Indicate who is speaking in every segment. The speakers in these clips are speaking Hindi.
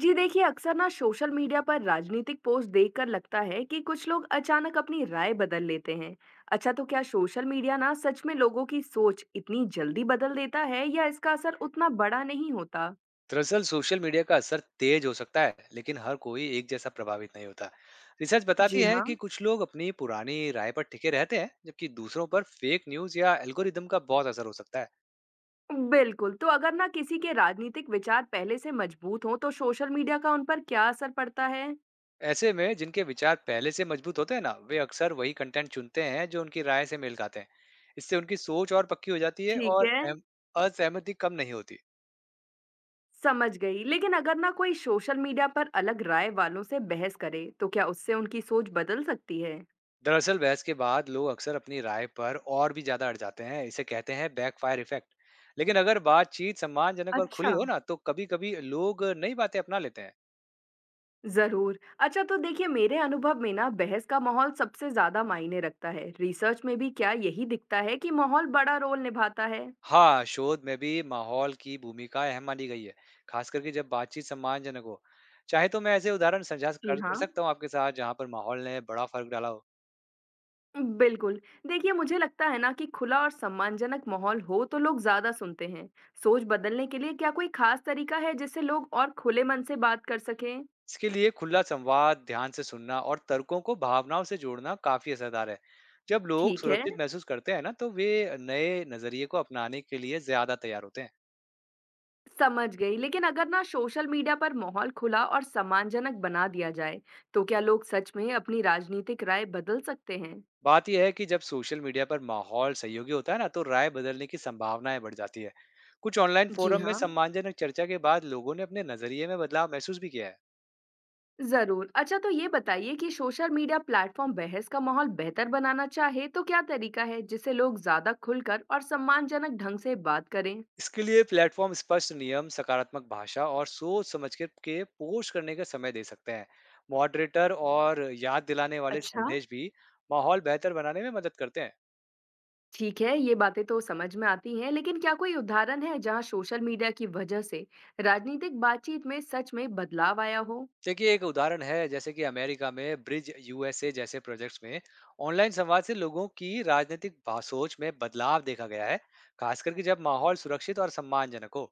Speaker 1: जी देखिए, अक्सर ना सोशल मीडिया पर राजनीतिक पोस्ट देखकर लगता है कि कुछ लोग अचानक अपनी राय बदल लेते हैं। अच्छा तो क्या सोशल मीडिया ना सच में लोगों की सोच इतनी जल्दी बदल देता है या इसका असर उतना बड़ा नहीं होता?
Speaker 2: दरअसल सोशल मीडिया का असर तेज हो सकता है, लेकिन हर कोई एक जैसा प्रभावित नहीं होता। रिसर्च बताती
Speaker 1: जी
Speaker 2: है
Speaker 1: हाँ,
Speaker 2: कि कुछ लोग अपनी पुरानी राय पर टिके रहते हैं, जबकि दूसरों पर फेक न्यूज या एल्गोरिदम का बहुत असर हो सकता है।
Speaker 1: बिल्कुल। तो अगर ना किसी के राजनीतिक विचार पहले से मजबूत हों तो सोशल मीडिया का उन पर क्या असर पड़ता है?
Speaker 2: ऐसे में जिनके विचार पहले से मजबूत होते हैं ना, वे अक्सर वही कंटेंट चुनते हैं जो उनकी राय से मेल खाते हैं। इससे उनकी सोच और पक्की हो जाती है
Speaker 1: ठीक
Speaker 2: और
Speaker 1: है,
Speaker 2: असहमति कम नहीं होती।
Speaker 1: समझ गई। लेकिन अगर ना कोई सोशल मीडिया पर अलग राय वालों से बहस करे तो क्या उससे उनकी सोच बदल सकती है?
Speaker 2: दरअसल बहस के बाद लोग अक्सर अपनी राय पर और भी ज्यादा अड़ जाते हैं, इसे कहते हैं फायर इफेक्ट। लेकिन अगर बातचीत सम्मानजनक और
Speaker 1: अच्छा
Speaker 2: खुली हो ना, तो कभी कभी लोग नई बातें अपना लेते हैं।
Speaker 1: ज़रूर। अच्छा तो देखिए मेरे अनुभव में ना बहस का माहौल सबसे ज़्यादा मायने रखता है। रिसर्च में भी क्या यही दिखता है कि माहौल बड़ा रोल निभाता है?
Speaker 2: हाँ, शोध में भी माहौल की भूमिका अहम मानी गई है, खास करके जब बातचीत सम्मानजनक हो। चाहे तो मैं ऐसे उदाहरण साझा
Speaker 1: जी
Speaker 2: कर कर
Speaker 1: हाँ
Speaker 2: सकता हूँ आपके साथ, जहाँ पर माहौल ने बड़ा फर्क डाला हो।
Speaker 1: बिल्कुल। देखिए मुझे लगता है ना कि खुला और सम्मानजनक माहौल हो तो लोग ज़्यादा सुनते हैं। सोच बदलने के लिए क्या कोई खास तरीका है जिससे लोग और खुले मन से बात कर सकें?
Speaker 2: इसके लिए खुला संवाद, ध्यान से सुनना और तर्कों को भावनाओं से जोड़ना काफी असरदार है। जब लोग
Speaker 1: ठीक है,
Speaker 2: सुरक्षित महसूस करते हैं ना, तो वे नए नजरिए को अपनाने के लिए ज्यादा तैयार होते हैं।
Speaker 1: समझ गई। लेकिन अगर ना सोशल मीडिया पर माहौल खुला और सम्मानजनक बना दिया जाए, तो क्या लोग सच में अपनी राजनीतिक राय बदल सकते हैं?
Speaker 2: बात यह है कि जब सोशल मीडिया पर माहौल सहयोगी होता है ना, तो राय बदलने की संभावनाएं बढ़ जाती है। कुछ ऑनलाइन
Speaker 1: जी
Speaker 2: फोरम में
Speaker 1: हाँ।
Speaker 2: सम्मानजनक चर्चा के बाद लोगों ने अपने नजरिए में बदलाव महसूस भी किया है।
Speaker 1: ज़रूर। अच्छा तो ये बताइए कि सोशल मीडिया प्लेटफ़ॉर्म बहस का माहौल बेहतर बनाना चाहे तो क्या तरीका है जिससे लोग ज़्यादा खुलकर और सम्मानजनक ढंग से बात करें?
Speaker 2: इसके लिए प्लेटफॉर्म स्पष्ट नियम, सकारात्मक भाषा और सोच समझ के पोस्ट करने का समय दे सकते हैं। मॉडरेटर और याद दिलाने वाले
Speaker 1: अच्छा,
Speaker 2: संदेश भी माहौल बेहतर बनाने में मदद करते हैं।
Speaker 1: ठीक है, ये बातें तो समझ में आती हैं, लेकिन क्या कोई उदाहरण है जहाँ सोशल मीडिया की वजह से राजनीतिक बातचीत में सच में बदलाव आया हो?
Speaker 2: देखिए एक उदाहरण है, जैसे कि अमेरिका में ब्रिज यूएसए जैसे प्रोजेक्ट्स में ऑनलाइन संवाद से लोगों की राजनीतिक सोच में बदलाव देखा गया है, खासकर कि जब माहौल सुरक्षित और सम्मानजनक हो।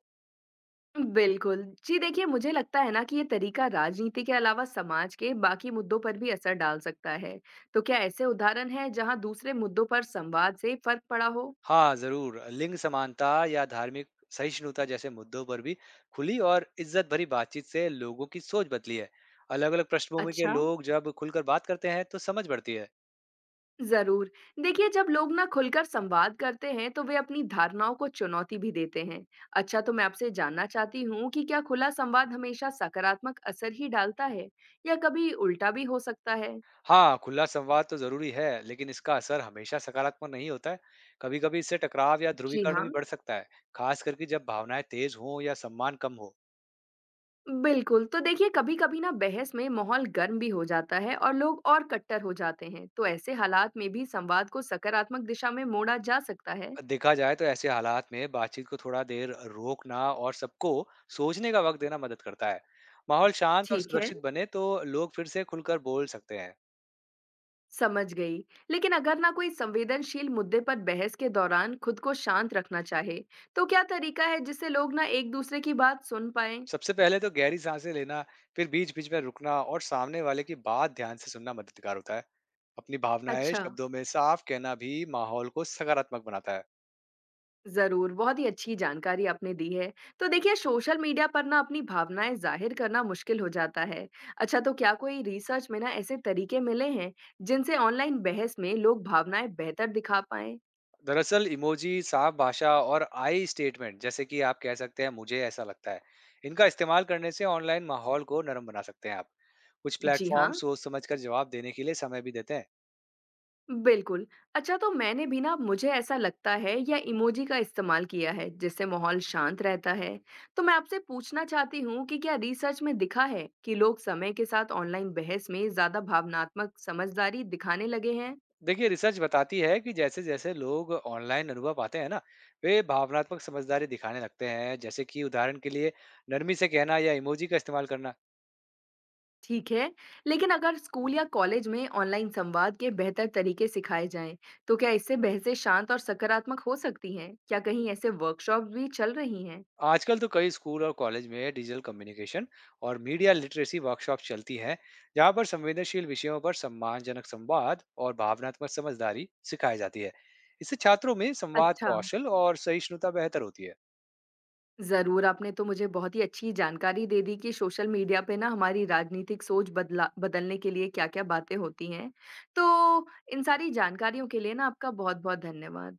Speaker 1: बिल्कुल। जी देखिए, मुझे लगता है ना कि ये तरीका राजनीति के अलावा समाज के बाकी मुद्दों पर भी असर डाल सकता है। तो क्या ऐसे उदाहरण हैं जहाँ दूसरे मुद्दों पर संवाद से फ़र्क पड़ा हो?
Speaker 2: हाँ, ज़रूर। लिंग समानता या धार्मिक सहिष्णुता जैसे मुद्दों पर भी खुली और इज़्ज़त भरी बातचीत से लोगों की सोच बदली है। अलग-अलग पृष्ठभूमि के
Speaker 1: अच्छा।
Speaker 2: लोग जब खुलकर बात करते हैं, तो समझ बढ़ती है।
Speaker 1: जरूर, देखिए जब लोग ना खुलकर संवाद करते हैं तो वे अपनी धारणाओं को चुनौती भी देते हैं। अच्छा, तो मैं आपसे जानना चाहती हूँ कि क्या खुला संवाद हमेशा सकारात्मक असर ही डालता है या कभी उल्टा भी हो सकता है?
Speaker 2: हाँ, खुला संवाद तो ज़रूरी है, लेकिन इसका असर हमेशा सकारात्मक नहीं होता है। कभी-कभी इससे टकराव या
Speaker 1: जी
Speaker 2: ध्रुवीकरण
Speaker 1: हाँ,
Speaker 2: भी बढ़ सकता है, खास करके जब भावनाएँ तेज़ हों या सम्मान कम हो।
Speaker 1: बिल्कुल। तो देखिए कभी कभी ना बहस में माहौल गर्म भी हो जाता है और लोग और कट्टर हो जाते हैं, तो ऐसे हालात में भी संवाद को सकारात्मक दिशा में मोड़ा जा सकता है?
Speaker 2: देखा जाए तो ऐसे हालात में बातचीत को थोड़ा देर रोकना और सबको सोचने का वक्त देना मदद करता है। माहौल शांत और
Speaker 1: ठीक है,
Speaker 2: सुरक्षित बने तो लोग फिर से खुलकर बोल सकते हैं।
Speaker 1: समझ गई। लेकिन अगर ना कोई संवेदनशील मुद्दे पर बहस के दौरान खुद को शांत रखना चाहे, तो क्या तरीका है जिससे लोग ना एक दूसरे की बात सुन पाए?
Speaker 2: सबसे पहले तो गहरी सांसें लेना, फिर बीच बीच में रुकना और सामने वाले की बात ध्यान से सुनना मददगार होता है। अपनी भावनाएं
Speaker 1: अच्छा,
Speaker 2: शब्दों में साफ कहना भी माहौल को सकारात्मक बनाता है।
Speaker 1: जरूर, बहुत ही अच्छी जानकारी आपने दी है। तो देखिए सोशल मीडिया पर ना अपनी भावनाएं जाहिर करना मुश्किल हो जाता है। अच्छा, तो क्या कोई रिसर्च में ना ऐसे तरीके मिले हैं जिनसे ऑनलाइन बहस में लोग भावनाएं बेहतर दिखा पाए?
Speaker 2: दरअसल इमोजी, साफ भाषा और आई स्टेटमेंट, जैसे कि आप कह सकते हैं मुझे ऐसा लगता है, इनका इस्तेमाल करने से ऑनलाइन माहौल को नरम बना सकते हैं आप। कुछ
Speaker 1: जी हाँ,
Speaker 2: प्लेटफॉर्म सोच समझ कर जवाब देने के लिए समय भी देते हैं।
Speaker 1: बिल्कुल। अच्छा तो मैंने भी ना मुझे ऐसा लगता है या इमोजी का इस्तेमाल किया है, जिससे माहौल शांत रहता है। तो मैं आपसे पूछना चाहती हूँ कि क्या रिसर्च में दिखा है कि लोग समय के साथ ऑनलाइन बहस में ज़्यादा भावनात्मक समझदारी दिखाने लगे हैं?
Speaker 2: देखिए रिसर्च बताती है कि जैसे जैसे लोग ऑनलाइन अनुभव पाते हैं ना, वे भावनात्मक समझदारी दिखाने लगते हैं, जैसे कि उदाहरण के लिए नरमी से कहना या इमोजी का इस्तेमाल करना।
Speaker 1: ठीक है, लेकिन अगर स्कूल या कॉलेज में ऑनलाइन संवाद के बेहतर तरीके सिखाए जाएँ, तो क्या इससे बहसें शांत और सकारात्मक हो सकती हैं? क्या कहीं ऐसे वर्कशॉप भी चल रही हैं?
Speaker 2: आजकल तो कई स्कूल और कॉलेज में डिजिटल कम्युनिकेशन और मीडिया लिटरेसी वर्कशॉप चलती हैं, जहां पर संवेदनशील विषयों पर सम्मानजनक संवाद और भावनात्मक समझदारी सिखाई जाती है। इससे छात्रों में संवाद
Speaker 1: अच्छा।
Speaker 2: कौशल और सहिष्णुता बेहतर होती है।
Speaker 1: ज़रूर, आपने तो मुझे बहुत ही अच्छी जानकारी दे दी कि सोशल मीडिया पे ना हमारी राजनीतिक सोच बदला बदलने के लिए क्या-क्या बातें होती हैं। तो इन सारी जानकारियों के लिए ना आपका बहुत-बहुत धन्यवाद।